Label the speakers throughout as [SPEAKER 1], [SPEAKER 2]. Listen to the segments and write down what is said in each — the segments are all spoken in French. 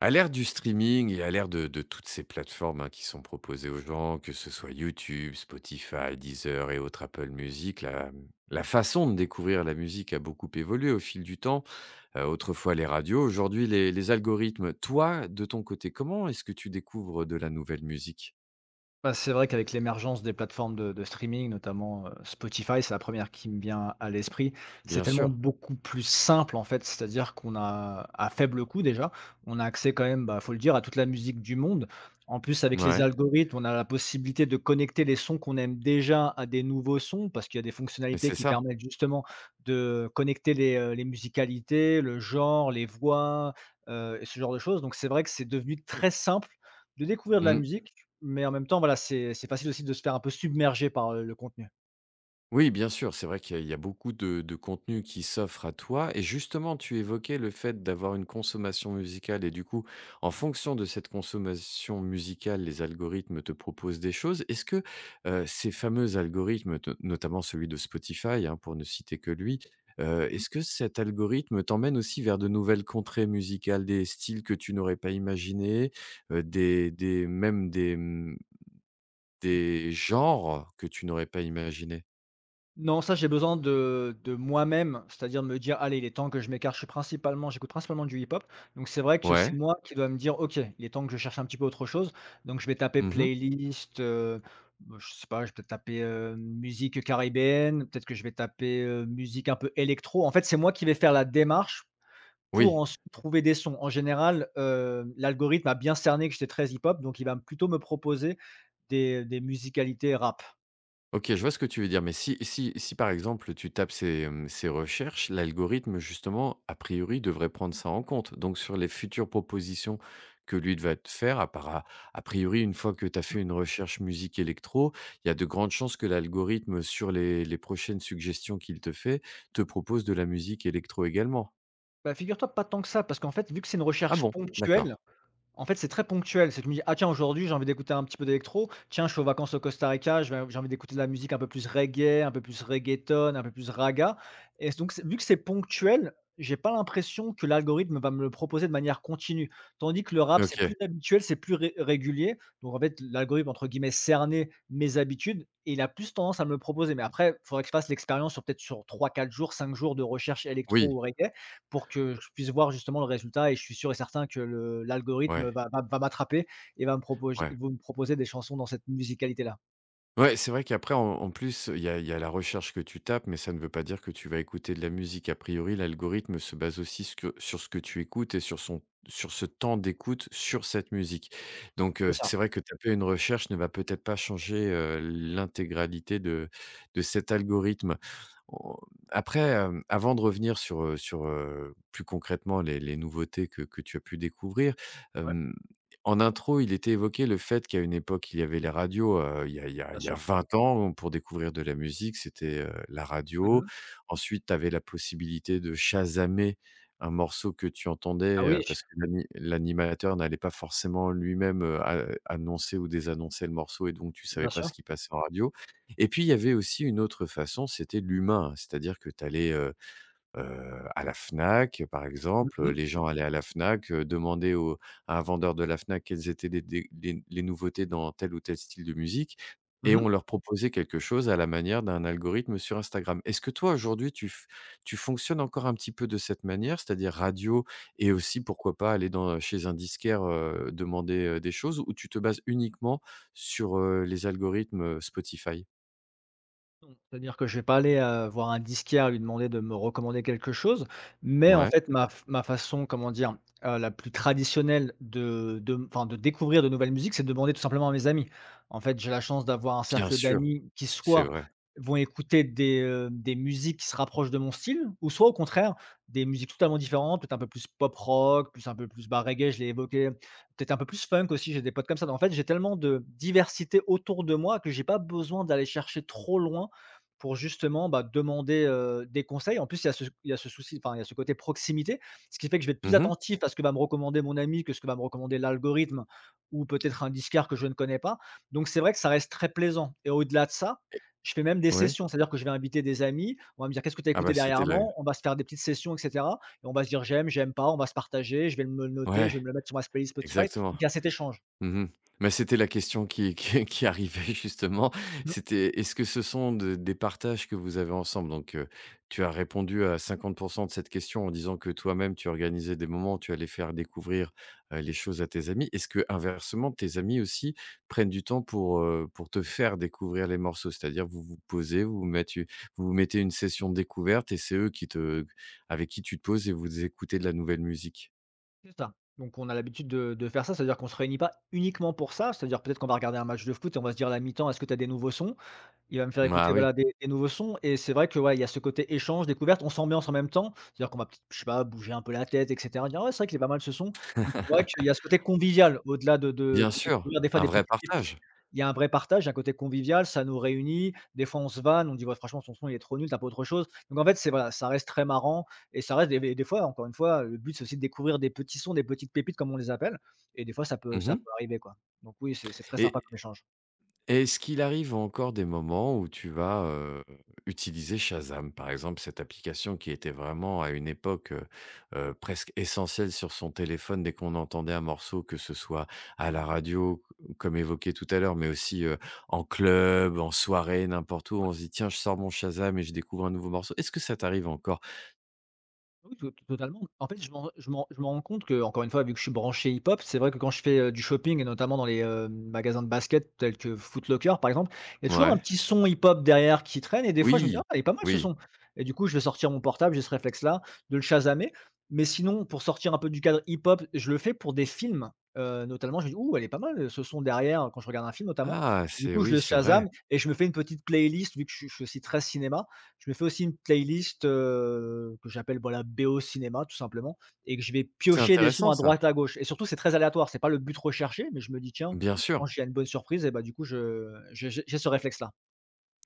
[SPEAKER 1] À l'ère du streaming et à l'ère de toutes ces plateformes, hein, qui sont proposées aux gens, que ce soit YouTube, Spotify, Deezer et autres, Apple Music, la façon de découvrir la musique a beaucoup évolué au fil du temps. Autrefois les radios, aujourd'hui les algorithmes. Toi, de ton côté, comment est-ce que tu découvres de la nouvelle musique?
[SPEAKER 2] Bah, c'est vrai qu'avec l'émergence des plateformes de streaming, notamment, Spotify, c'est la première qui me vient à l'esprit. C'est
[SPEAKER 1] Bien
[SPEAKER 2] tellement
[SPEAKER 1] sûr.
[SPEAKER 2] beaucoup plus simple, en fait, c'est-à-dire qu'on a à faible coût déjà, on a accès quand même, bah, faut le dire, à toute la musique du monde. En plus, avec les
[SPEAKER 1] Ouais,
[SPEAKER 2] algorithmes, on a la possibilité de connecter les sons qu'on aime déjà à des nouveaux sons, parce qu'il y a des
[SPEAKER 1] mais
[SPEAKER 2] fonctionnalités
[SPEAKER 1] c'est
[SPEAKER 2] qui
[SPEAKER 1] ça.
[SPEAKER 2] permettent justement de connecter les musicalités, le genre, les voix, et ce genre de choses. Donc c'est vrai que c'est devenu très simple de découvrir de la
[SPEAKER 1] Mmh.
[SPEAKER 2] musique mais en même temps, voilà, c'est facile aussi de se faire un peu submerger par, le contenu.
[SPEAKER 1] Oui, bien sûr, c'est vrai qu'il y a beaucoup de contenu qui s'offre à toi. Et justement, tu évoquais le fait d'avoir une consommation musicale. Et du coup, en fonction de cette consommation musicale, les algorithmes te proposent des choses. Est-ce que ces fameux algorithmes, notamment celui de Spotify, hein, pour ne citer que lui, est-ce que cet algorithme t'emmène aussi vers de nouvelles contrées musicales, des styles que tu n'aurais pas imaginés, euh, des, des, même des,
[SPEAKER 2] Mmh.
[SPEAKER 1] des genres que tu n'aurais pas imaginés?
[SPEAKER 2] Non, ça, j'ai besoin de moi-même, c'est-à-dire de me dire: «Allez, il est temps que je m'écarte». Je suis principalement j'écoute principalement du hip-hop, donc c'est vrai que c'est
[SPEAKER 1] Ouais.
[SPEAKER 2] moi qui dois me dire: «OK, il est temps que je cherche un petit peu autre chose». Donc je vais taper
[SPEAKER 1] Mhm.
[SPEAKER 2] playlist, bah, je sais pas, je vais peut-être taper, musique, caribéenne, peut-être que je vais taper, musique un peu électro. En fait, c'est moi qui vais faire la démarche pour
[SPEAKER 1] Oui,
[SPEAKER 2] ensuite trouver des sons. En général, l'algorithme a bien cerné que j'étais très hip-hop, donc il va plutôt me proposer des musicalités rap.
[SPEAKER 1] OK, je vois ce que tu veux dire, mais si par exemple tu tapes ces, ces recherches, l'algorithme justement, a priori, devrait prendre ça en compte. Donc sur les futures propositions que lui va te faire, à part à a priori, une fois que tu as fait une recherche musique électro, il y a de grandes chances que l'algorithme sur les prochaines suggestions qu'il te fait, te propose de la musique électro également?
[SPEAKER 2] Bah, figure-toi pas tant que ça, parce qu'en fait, vu que c'est une
[SPEAKER 1] Ah
[SPEAKER 2] recherche
[SPEAKER 1] bon?
[SPEAKER 2] ponctuelle.
[SPEAKER 1] D'accord.
[SPEAKER 2] En fait, c'est très ponctuel. C'est que je me dis: «Ah tiens, aujourd'hui, j'ai envie d'écouter un petit peu d'électro. Tiens, je suis aux vacances au Costa Rica, je vais j'ai envie d'écouter de la musique un peu plus reggae, un peu plus reggaeton, un peu plus raga», et donc c'est vu que c'est ponctuel, j'ai pas l'impression que l'algorithme va me le proposer de manière continue. Tandis que le rap, c'est plus
[SPEAKER 1] OK.
[SPEAKER 2] habituel, c'est plus ré régulier. Donc en fait, l'algorithme, entre guillemets, «cerner» mes habitudes et il a plus tendance à me le proposer. Mais après, il faudrait que je fasse l'expérience sur peut-être sur 3, 4 jours, 5 jours de recherche électro
[SPEAKER 1] Oui,
[SPEAKER 2] ou reggae pour que je puisse voir justement le résultat, et je suis sûr et certain que le l'algorithme
[SPEAKER 1] ouais,
[SPEAKER 2] va m'attraper et va me proposer
[SPEAKER 1] ouais.
[SPEAKER 2] vous me proposer des chansons dans cette musicalité-là.
[SPEAKER 1] Ouais, c'est vrai qu'après, en plus, il y a la recherche que tu tapes, mais ça ne veut pas dire que tu vas écouter de la musique. A priori, l'algorithme se base aussi sur ce que tu écoutes et sur son, sur ce temps d'écoute sur cette musique. Donc,
[SPEAKER 2] C'est ça,
[SPEAKER 1] c'est vrai que taper une recherche ne va peut-être pas changer l'intégralité de cet algorithme. On- Après, avant de revenir sur, plus concrètement les, nouveautés que, tu as pu découvrir,
[SPEAKER 2] ouais,
[SPEAKER 1] euh, en intro, il était évoqué le fait qu'à une époque, il y avait les radios, il y a
[SPEAKER 2] bien sûr.
[SPEAKER 1] 20 ans, bon, pour découvrir de la musique, c'était, la radio.
[SPEAKER 2] Mmh.
[SPEAKER 1] Ensuite, tu avais la possibilité de shazamer un morceau que tu
[SPEAKER 2] Ah
[SPEAKER 1] entendais,
[SPEAKER 2] oui,
[SPEAKER 1] parce que l'animateur n'allait pas forcément lui-même, a annoncer ou désannoncer le morceau et donc tu savais
[SPEAKER 2] bien
[SPEAKER 1] pas
[SPEAKER 2] sûr.
[SPEAKER 1] ce qui passait en radio. Et puis, il y avait aussi une autre façon, c'était l'humain, c'est-à-dire que tu allais, à la Fnac, par
[SPEAKER 2] Mmh
[SPEAKER 1] exemple,
[SPEAKER 2] mh.
[SPEAKER 1] les gens allaient à la Fnac, demandaient au à un vendeur de la Fnac quelles étaient les dé les nouveautés dans tel ou tel style de musique et
[SPEAKER 2] Mmh
[SPEAKER 1] on leur proposait quelque chose à la manière d'un algorithme sur Instagram. Est-ce que toi, aujourd'hui, tu fonctionnes encore un petit peu de cette manière? C'est-à-dire radio et aussi, pourquoi pas, aller dans chez un disquaire, demander, des choses ou tu te bases uniquement sur, les algorithmes, Spotify?
[SPEAKER 2] Non, c'est-à-dire que je vais pas aller, voir un disquaire lui demander de me recommander quelque chose, mais en
[SPEAKER 1] Ouais,
[SPEAKER 2] fait ma façon, comment dire? La plus traditionnelle de enfin de découvrir de nouvelles musiques, c'est de demander tout simplement à mes amis. En fait, j'ai la chance d'avoir un
[SPEAKER 1] bien
[SPEAKER 2] cercle
[SPEAKER 1] sûr,
[SPEAKER 2] d'amis qui
[SPEAKER 1] c'est
[SPEAKER 2] soit
[SPEAKER 1] vrai.
[SPEAKER 2] vont écouter des musiques qui se rapprochent de mon style ou soit au contraire des musiques totalement différentes, peut-être un peu plus pop rock, plus un peu plus, bah, reggae, je l'ai évoqué, peut-être un peu plus funk aussi, j'ai des potes comme ça. En fait, j'ai tellement de diversité autour de moi que j'ai pas besoin d'aller chercher trop loin pour justement, bah, demander, des conseils. En plus, il y a ce souci, enfin, il y a ce côté proximité, ce qui fait que je vais être plus
[SPEAKER 1] Mmh
[SPEAKER 2] attentif à ce que va me recommander mon ami que ce que va me recommander l'algorithme ou peut-être un disquaire que je ne connais pas. Donc c'est vrai que ça reste très plaisant et au-delà de ça,
[SPEAKER 1] et
[SPEAKER 2] je fais même des
[SPEAKER 1] ouais.
[SPEAKER 2] sessions. C'est-à-dire que je vais inviter des amis, on va me dire: «Qu'est-ce que tu as
[SPEAKER 1] Ah
[SPEAKER 2] écouté
[SPEAKER 1] bah, c'était là.
[SPEAKER 2] dernièrement?» On va se faire des petites sessions et cetera, et on va se dire: «J'aime, j'aime pas», on va se partager, je vais me le noter,
[SPEAKER 1] Ouais,
[SPEAKER 2] je vais me le mettre sur ma playlist Spotify.
[SPEAKER 1] exactement.
[SPEAKER 2] Donc il y a cet échange.
[SPEAKER 1] Mmh. Mais c'était la question qui arrivait justement. C'était est-ce que ce sont de des partages que vous avez ensemble? Donc, tu as répondu à 50% de cette question en disant que toi-même tu organisais des moments, tu allais faire découvrir, les choses à tes amis. Est-ce que inversement tes amis aussi prennent du temps pour te faire découvrir les morceaux? C'est-à-dire vous vous posez, vous vous mettez une session de découverte et c'est eux qui te avec qui tu te poses et vous écoutez de la nouvelle musique?
[SPEAKER 2] C'est ça. Donc on a l'habitude de faire ça, c'est-à-dire qu'on se réunit pas uniquement pour ça, c'est-à-dire peut-être qu'on va regarder un match de foot et on va se dire à la mi-temps: «Est-ce que tu as des nouveaux sons?» Il va me faire
[SPEAKER 1] Ah
[SPEAKER 2] écouter,
[SPEAKER 1] oui.
[SPEAKER 2] voilà, des nouveaux sons, et c'est vrai que, ouais, il y a ce côté échange, découverte, on s'ambiance en même temps. C'est-à-dire qu'on va peut-être, je sais pas, bouger un peu la tête et cetera, dire: «Ah ouais, c'est vrai qu'il est pas mal ce son». Donc c'est vrai qu'il y a ce côté convivial au-delà de de
[SPEAKER 1] Bien
[SPEAKER 2] de
[SPEAKER 1] sûr,
[SPEAKER 2] découvrir des fois
[SPEAKER 1] un
[SPEAKER 2] des
[SPEAKER 1] vrai
[SPEAKER 2] petites pépites.
[SPEAKER 1] partage.
[SPEAKER 2] Il y a un vrai partage, un côté convivial, ça nous réunit. Des fois, on se vanne, on dit: «Ouais, franchement, son, il est trop nul, t'as pas autre chose?» Donc en fait, c'est voilà, ça reste très marrant, et ça reste des fois, encore une fois, le but, c'est aussi de découvrir des petits sons, des petites pépites comme on les appelle, et des fois, ça peut ça
[SPEAKER 1] Mmh
[SPEAKER 2] peut arriver, quoi. Donc oui, c'est très sympa
[SPEAKER 1] et
[SPEAKER 2] comme échange. Ouais.
[SPEAKER 1] est-ce qu'il arrive encore des moments où tu vas, utiliser Shazam? Par exemple, cette application qui était vraiment à une époque, presque essentielle sur son téléphone dès qu'on entendait un morceau, que ce soit à la radio, comme évoqué tout à l'heure, mais aussi, en club, en soirée, n'importe où, on se dit: «Tiens, je sors mon Shazam et je découvre un nouveau morceau». Est-ce que ça t'arrive encore?
[SPEAKER 2] Oui, to totalement. En fait, je me rends compte que, encore une fois, vu que je suis branché hip-hop, c'est vrai que quand je fais, du shopping et notamment dans les magasins de basket tels que Footlocker par exemple, il y a toujours un
[SPEAKER 1] Ouais.
[SPEAKER 2] petit son hip-hop derrière qui traîne, et des fois je me dis: «Ah,
[SPEAKER 1] Oui,
[SPEAKER 2] il est pas mal ce
[SPEAKER 1] oui.
[SPEAKER 2] son», et du coup, je vais sortir mon portable, j'ai ce réflexe-là de le chasamer. Mais sinon, pour sortir un peu du cadre hip-hop, je le fais pour des films, notamment, je me dis: «Ouh, elle est pas mal, ce son derrière» quand je regarde un film notamment,
[SPEAKER 1] Ah,
[SPEAKER 2] et du
[SPEAKER 1] c'est
[SPEAKER 2] coup, je
[SPEAKER 1] oui,
[SPEAKER 2] le
[SPEAKER 1] c'est vrai.
[SPEAKER 2] chasame et je me fais une petite playlist vu que je suis aussi très cinéma. Je me fais aussi une playlist, que j'appelle, voilà, BO cinéma tout simplement, et que je vais
[SPEAKER 1] C'est
[SPEAKER 2] piocher des sons
[SPEAKER 1] intéressant
[SPEAKER 2] à
[SPEAKER 1] ça.
[SPEAKER 2] droite à gauche, et surtout c'est très aléatoire, c'est pas le but recherché, mais je me dis: «Tiens,
[SPEAKER 1] Bien
[SPEAKER 2] quand
[SPEAKER 1] sûr.
[SPEAKER 2] j'ai une bonne surprise et bah, du coup je j'ai ce réflexe-là».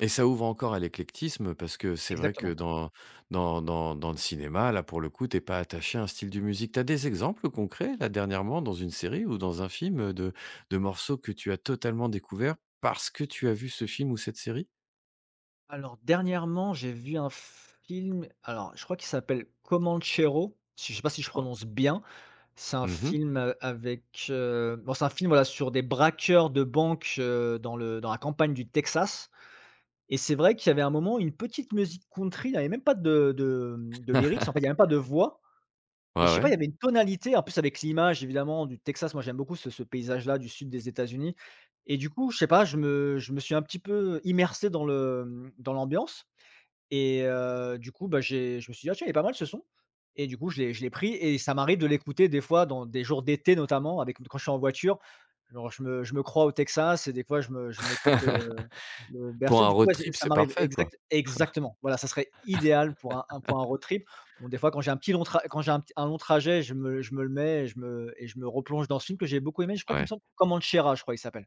[SPEAKER 1] Et ça ouvre encore à l'éclectisme parce que c'est vrai que
[SPEAKER 2] Exactement.
[SPEAKER 1] Dans le cinéma, là, pour le coup, t'es pas attaché à un style de musique. T'as des exemples concrets, là, dernièrement, dans une série ou dans un film, de morceaux que tu as totalement découverts parce que tu as vu ce film ou cette série?
[SPEAKER 2] Alors dernièrement, j'ai vu un film, alors je crois qu'il s'appelle Comanchero, si je sais pas si je
[SPEAKER 1] Oh.
[SPEAKER 2] prononce bien. C'est un
[SPEAKER 1] Mmh.
[SPEAKER 2] film, avec, bon, c'est un film, voilà, sur des braqueurs de banque, dans le dans la campagne du Texas. Et c'est vrai qu'il y avait un moment, une petite musique country, il n'y avait même pas de lyrics, en fait, il n'y avait même pas de voix, et
[SPEAKER 1] Ouais,
[SPEAKER 2] je sais pas, il
[SPEAKER 1] ouais.
[SPEAKER 2] y avait une tonalité, en plus avec l'image évidemment du Texas, moi j'aime beaucoup ce paysage-là du sud des États-Unis, et du coup, je sais pas, je me suis un petit peu immersé dans l'ambiance, et du coup, bah, j'ai je me suis dit: «Ah tiens, il est pas mal ce son», et du coup, je l'ai pris, et ça m'arrive de l'écouter des fois dans des jours d'été notamment avec quand je suis en voiture. Genre je me crois au Texas, et des fois je m'écoute, le Beyoncé.
[SPEAKER 1] Pour un
[SPEAKER 2] Du coup,
[SPEAKER 1] road
[SPEAKER 2] ouais, c'est
[SPEAKER 1] trip,
[SPEAKER 2] ça
[SPEAKER 1] c'est
[SPEAKER 2] m'arrive
[SPEAKER 1] parfait, quoi.
[SPEAKER 2] exactement. Voilà, ça serait idéal pour un road trip. Bon, des fois quand j'ai un petit long tra quand j'ai un long trajet, je me le mets et je me replonge dans ce film que j'ai beaucoup aimé. Je crois qu'il me
[SPEAKER 1] Ouais.
[SPEAKER 2] semble Comanchera, je crois il s'appelle.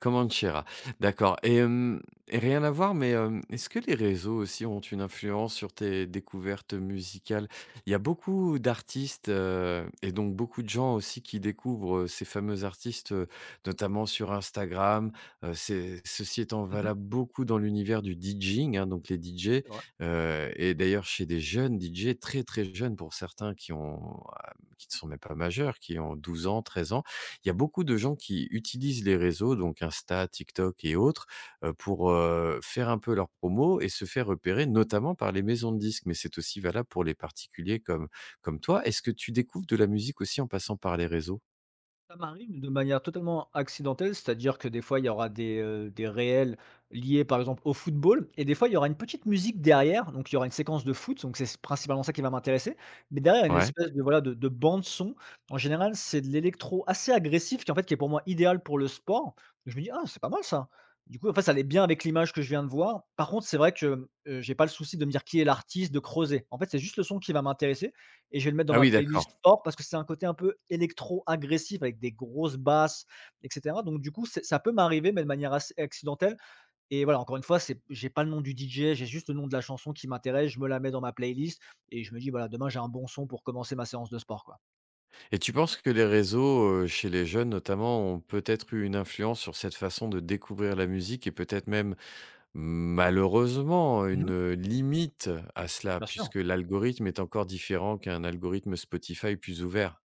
[SPEAKER 1] Comanchera, d'accord et rien à voir, mais est-ce que les réseaux aussi ont une influence sur tes découvertes musicales? Il y a beaucoup d'artistes, et donc beaucoup de gens aussi qui découvrent, ces fameux artistes, notamment sur Instagram, c'est ceci étant
[SPEAKER 2] Mmh.
[SPEAKER 1] valable beaucoup dans l'univers du DJing, hein, donc les DJ,
[SPEAKER 2] C'est vrai.
[SPEAKER 1] et d'ailleurs chez des jeunes DJ, très, très jeunes pour certains qui ne sont même pas majeurs, qui ont 12 ans, 13 ans. Il y a beaucoup de gens qui utilisent les réseaux, donc Insta, TikTok et autres, pour, faire un peu leur promo et se faire repérer notamment par les maisons de disques, mais c'est aussi valable pour les particuliers comme comme toi. Est-ce que tu découvres de la musique aussi en passant par les réseaux?
[SPEAKER 2] Ça m'arrive de manière totalement accidentelle, c'est-à-dire que des fois, il y aura des réels liés, par exemple, au football, et des fois, il y aura une petite musique derrière, donc il y aura une séquence de foot, donc c'est principalement ça qui va m'intéresser. Mais derrière, il y a une
[SPEAKER 1] Ouais.
[SPEAKER 2] espèce de, voilà, de bande son. En général, c'est de l'électro assez agressif qui, en fait, qui est pour moi idéal pour le sport. Je me dis: «Ah, c'est pas mal ça». Du coup, en fait, ça allait bien avec l'image que je viens de voir. Par contre, c'est vrai que, j'ai pas le souci de me dire qui est l'artiste, de creuser. En fait, c'est juste le son qui va m'intéresser, et je vais le mettre dans
[SPEAKER 1] Ah
[SPEAKER 2] ma
[SPEAKER 1] oui, d'accord.
[SPEAKER 2] playlist sport parce que c'est un côté un peu électro agressif avec des grosses basses et cetera. Donc du coup, c'est ça peut m'arriver, mais de manière assez accidentelle. Et voilà, encore une fois, c'est j'ai pas le nom du DJ, j'ai juste le nom de la chanson qui m'intéresse, je me la mets dans ma playlist et je me dis: «Voilà, demain j'ai un bon son pour commencer ma séance de sport, quoi».
[SPEAKER 1] Et tu penses que les réseaux, chez les jeunes notamment, ont peut-être eu une influence sur cette façon de découvrir la musique et peut-être même malheureusement,
[SPEAKER 2] Mmh.
[SPEAKER 1] une, limite à cela
[SPEAKER 2] Bien sûr.
[SPEAKER 1] puisque l'algorithme est encore différent qu'un algorithme Spotify plus ouvert.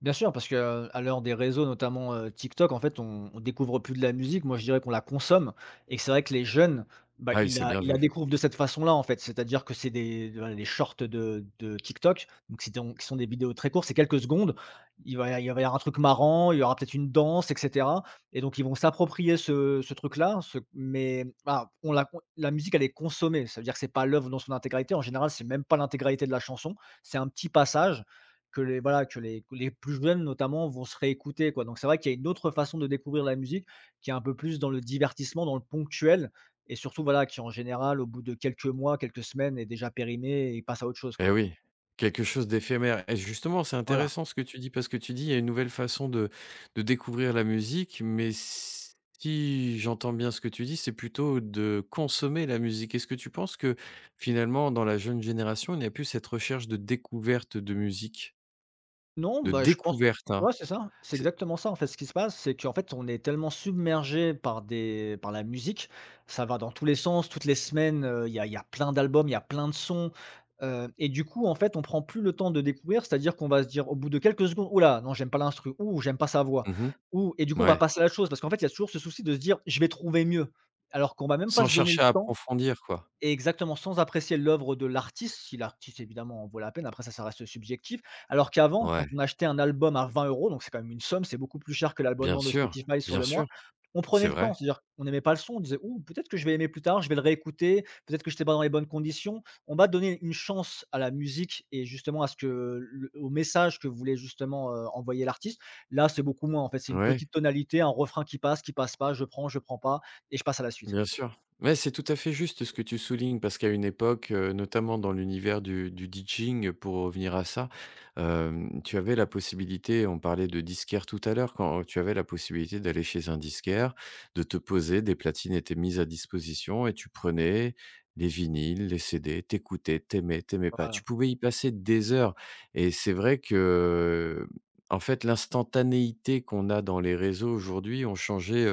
[SPEAKER 2] Bien sûr, parce que, à l'heure des réseaux, notamment, TikTok, en fait, on découvre plus de la musique. Moi, je dirais qu'on la consomme et que c'est vrai que les jeunes, bah,
[SPEAKER 1] Ah oui,
[SPEAKER 2] ils
[SPEAKER 1] c'est
[SPEAKER 2] la
[SPEAKER 1] bien
[SPEAKER 2] ils la
[SPEAKER 1] vu.
[SPEAKER 2] découvrent de cette façon-là, en fait. C'est-à-dire que c'est des voilà, des shorts de TikTok, donc qui sont des vidéos très courtes, c'est quelques secondes. Il va y avoir un truc marrant, il y aura peut-être une danse et cetera, et donc ils vont s'approprier ce truc-là, ce mais voilà, on la la musique, elle est consommée. Ça veut dire que c'est pas l'œuvre dans son intégralité. En général, c'est même pas l'intégralité de la chanson, c'est un petit passage que les voilà, que les plus jeunes notamment vont se réécouter quoi, donc c'est vrai qu'il y a une autre façon de découvrir la musique qui est un peu plus dans le divertissement, dans le ponctuel et surtout voilà, qui en général au bout de quelques mois, quelques semaines est déjà périmé et passe à autre chose
[SPEAKER 1] Eh
[SPEAKER 2] quoi.
[SPEAKER 1] oui, quelque chose d'éphémère et justement, c'est
[SPEAKER 2] Voilà.
[SPEAKER 1] intéressant ce que tu dis parce que tu dis: «Il y a une nouvelle façon de découvrir la musique», mais si j'entends bien ce que tu dis, c'est plutôt de consommer la musique. Est-ce que tu penses que finalement, dans la jeune génération, il n'y a plus cette recherche de découverte de musique?
[SPEAKER 2] Non,
[SPEAKER 1] De
[SPEAKER 2] bah, je pense
[SPEAKER 1] découverte, hein?
[SPEAKER 2] ouais, c'est ça, c'est
[SPEAKER 1] C'est
[SPEAKER 2] exactement ça, en fait. Ce qui se passe, c'est qu'en fait, on est tellement submergé par la musique, ça va dans tous les sens, toutes les semaines, il y a plein d'albums, il y a plein de sons, et du coup, en fait, on prend plus le temps de découvrir, c'est-à-dire qu'on va se dire au bout de quelques secondes: «Ouh non, j'aime pas l'instru, ou j'aime pas sa voix».
[SPEAKER 1] mmh
[SPEAKER 2] Ou et du coup, on va
[SPEAKER 1] ouais.
[SPEAKER 2] passer à la chose parce qu'en fait, il y a toujours ce souci de se dire: «Je vais trouver mieux», alors qu'on va même pas
[SPEAKER 1] Sans
[SPEAKER 2] se donner le
[SPEAKER 1] chercher à
[SPEAKER 2] temps.
[SPEAKER 1] approfondir, quoi.
[SPEAKER 2] Et exactement, sans apprécier l'œuvre de l'artiste, si l'artiste évidemment en vaut la peine, après ça, ça reste subjectif. Alors qu'avant, quand on
[SPEAKER 1] Ouais,
[SPEAKER 2] achetait un album à 20 euros, donc c'est quand même une somme, c'est beaucoup plus cher que
[SPEAKER 1] bien
[SPEAKER 2] l'abonnement de
[SPEAKER 1] sûr,
[SPEAKER 2] Spotify sur
[SPEAKER 1] bien
[SPEAKER 2] le mois,
[SPEAKER 1] sûr,
[SPEAKER 2] on prenait
[SPEAKER 1] c'est
[SPEAKER 2] le
[SPEAKER 1] vrai.
[SPEAKER 2] temps. C'est-à-dire on n'aimait pas le son, on disait: «Ouh, peut-être que je vais aimer plus tard, je vais le réécouter, peut-être que je j'étais pas dans les bonnes conditions». On va donner une chance à la musique et justement à ce que le au message que voulait justement, envoyer l'artiste. Là, c'est beaucoup moins, en fait, c'est une
[SPEAKER 1] Ouais.
[SPEAKER 2] petite tonalité, un refrain qui passe pas, je prends pas et je passe à la suite.
[SPEAKER 1] Bien sûr. Mais c'est tout à fait juste ce que tu soulignes, parce qu'à une époque, notamment dans l'univers du DJing, pour revenir à ça, tu avais la possibilité, on parlait de disquaire tout à l'heure, quand tu avais la possibilité d'aller chez un disquaire, de te poser, des platines étaient mises à disposition et tu prenais les vinyles, les CD, tu écoutais, t'aimais pas. Tu
[SPEAKER 2] Voilà.
[SPEAKER 1] pouvais y passer des heures et c'est vrai que, en fait, l'instantanéité qu'on a dans les réseaux aujourd'hui ont changé,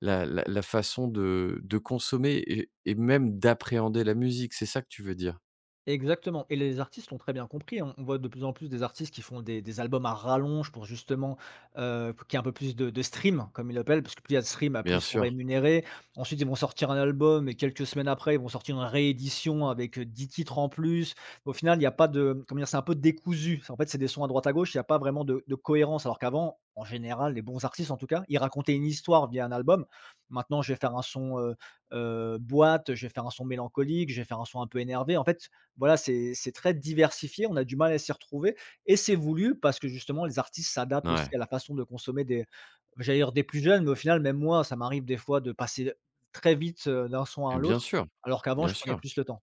[SPEAKER 1] la façon de consommer et même d'appréhender la musique, c'est ça que tu veux dire?
[SPEAKER 2] Exactement, et les artistes l'ont très bien compris, hein. On voit de plus en plus des artistes qui font des albums à rallonge pour justement, pour qu'il y ait un peu plus de streams comme ils l'appellent, parce que plus il y a de streams, bah, plus
[SPEAKER 1] Bien
[SPEAKER 2] ils sont
[SPEAKER 1] sûr.
[SPEAKER 2] rémunérés. Ensuite, ils vont sortir un album et quelques semaines après, ils vont sortir une réédition avec, 10 titres en plus. Au final, il n'y a pas de, comment dire? C'est un peu décousu. En fait, c'est des sons à droite à gauche, il n'y a pas vraiment de cohérence alors qu'avant, en général, les bons artistes en tout cas, ils racontaient une histoire via un album. Maintenant, je vais faire un son, boîte, je vais faire un son mélancolique, je vais faire un son un peu énervé. En fait voilà, c'est très diversifié, on a du mal à s'y retrouver et c'est voulu parce que justement les artistes s'adaptent aussi
[SPEAKER 1] Ouais.
[SPEAKER 2] à la façon de consommer des j'allais dire des plus jeunes, mais au final même moi, ça m'arrive des fois de passer très vite, d'un son à un
[SPEAKER 1] Mais bien
[SPEAKER 2] l'autre,
[SPEAKER 1] sûr,
[SPEAKER 2] alors qu'avant
[SPEAKER 1] bien
[SPEAKER 2] je prenais
[SPEAKER 1] sûr.
[SPEAKER 2] plus le temps.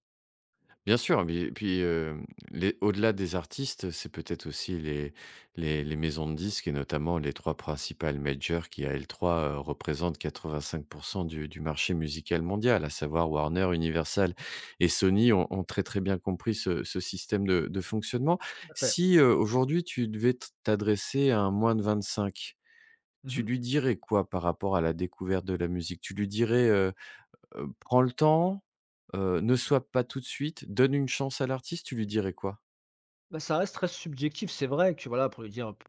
[SPEAKER 1] Bien sûr, mais puis, les au-delà des artistes, c'est peut-être aussi les les maisons de disques et notamment les 3 principales majors qui, à elles 3, représentent 85 du marché musical mondial, à savoir Warner, Universal et Sony ont très, très bien compris ce système de fonctionnement.
[SPEAKER 2] Tout à fait.
[SPEAKER 1] Si, aujourd'hui tu devais t'adresser à un moins de 25, tu
[SPEAKER 2] Mmh.
[SPEAKER 1] lui dirais quoi par rapport à la découverte de la musique? Tu lui dirais, prends le temps, ne sois pas tout de suite, donne une chance à l'artiste, tu lui dirais quoi?
[SPEAKER 2] Bah, ça reste très subjectif, c'est vrai que voilà, pour lui dire, p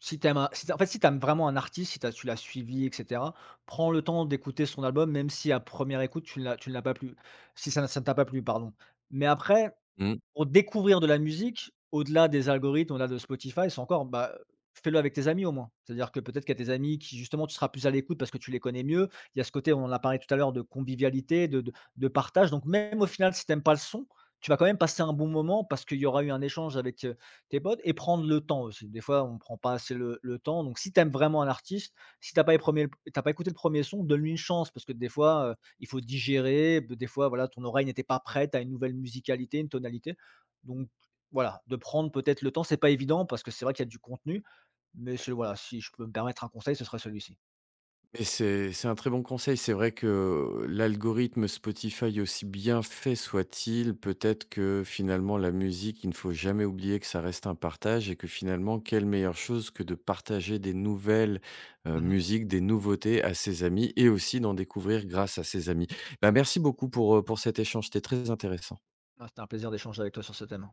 [SPEAKER 2] si t'aimes vraiment un artiste, si tu l'as suivi et cetera, prends le temps d'écouter son album, même si à première écoute tu ne l'as pas plu, si ça ne t'a pas plu, pardon. Mais après.
[SPEAKER 1] Mmh.
[SPEAKER 2] Pour découvrir de la musique, au-delà des algorithmes, au-delà de Spotify, c'est encore, bah, fais-le avec tes amis au moins. C'est-à-dire que peut-être qu'il y a tes amis qui, justement, tu seras plus à l'écoute parce que tu les connais mieux. Il y a ce côté, on en a parlé tout à l'heure, de convivialité, de partage. Donc même au final, si tu aimes pas le son, tu vas quand même passer un bon moment parce qu'il y aura eu un échange avec, tes potes, et prendre le temps aussi. Des fois, on ne prend pas assez le temps. Donc si tu aimes vraiment un artiste, si tu as pas les 1ers, pas écouté le premier son, donne-lui une chance parce que des fois, il faut digérer, des fois, voilà, ton oreille n'était pas prête à une nouvelle musicalité, une tonalité. Donc voilà, de prendre peut-être le temps, c'est pas évident parce que c'est vrai qu'il y a du contenu, mais c'est voilà, si je peux me permettre un conseil, ce serait celui-ci.
[SPEAKER 1] Mais c'est un très bon conseil. C'est vrai que l'algorithme Spotify, aussi bien fait soit-il, peut-être que finalement la musique, il ne faut jamais oublier que ça reste un partage et que finalement, quelle meilleure chose que de partager des nouvelles,
[SPEAKER 2] Mmh.
[SPEAKER 1] musiques, des nouveautés à ses amis et aussi d'en découvrir grâce à ses amis. Bah, merci beaucoup pour cet échange, c'était très intéressant.
[SPEAKER 2] Ah, c'était un plaisir d'échanger avec toi sur ce thème.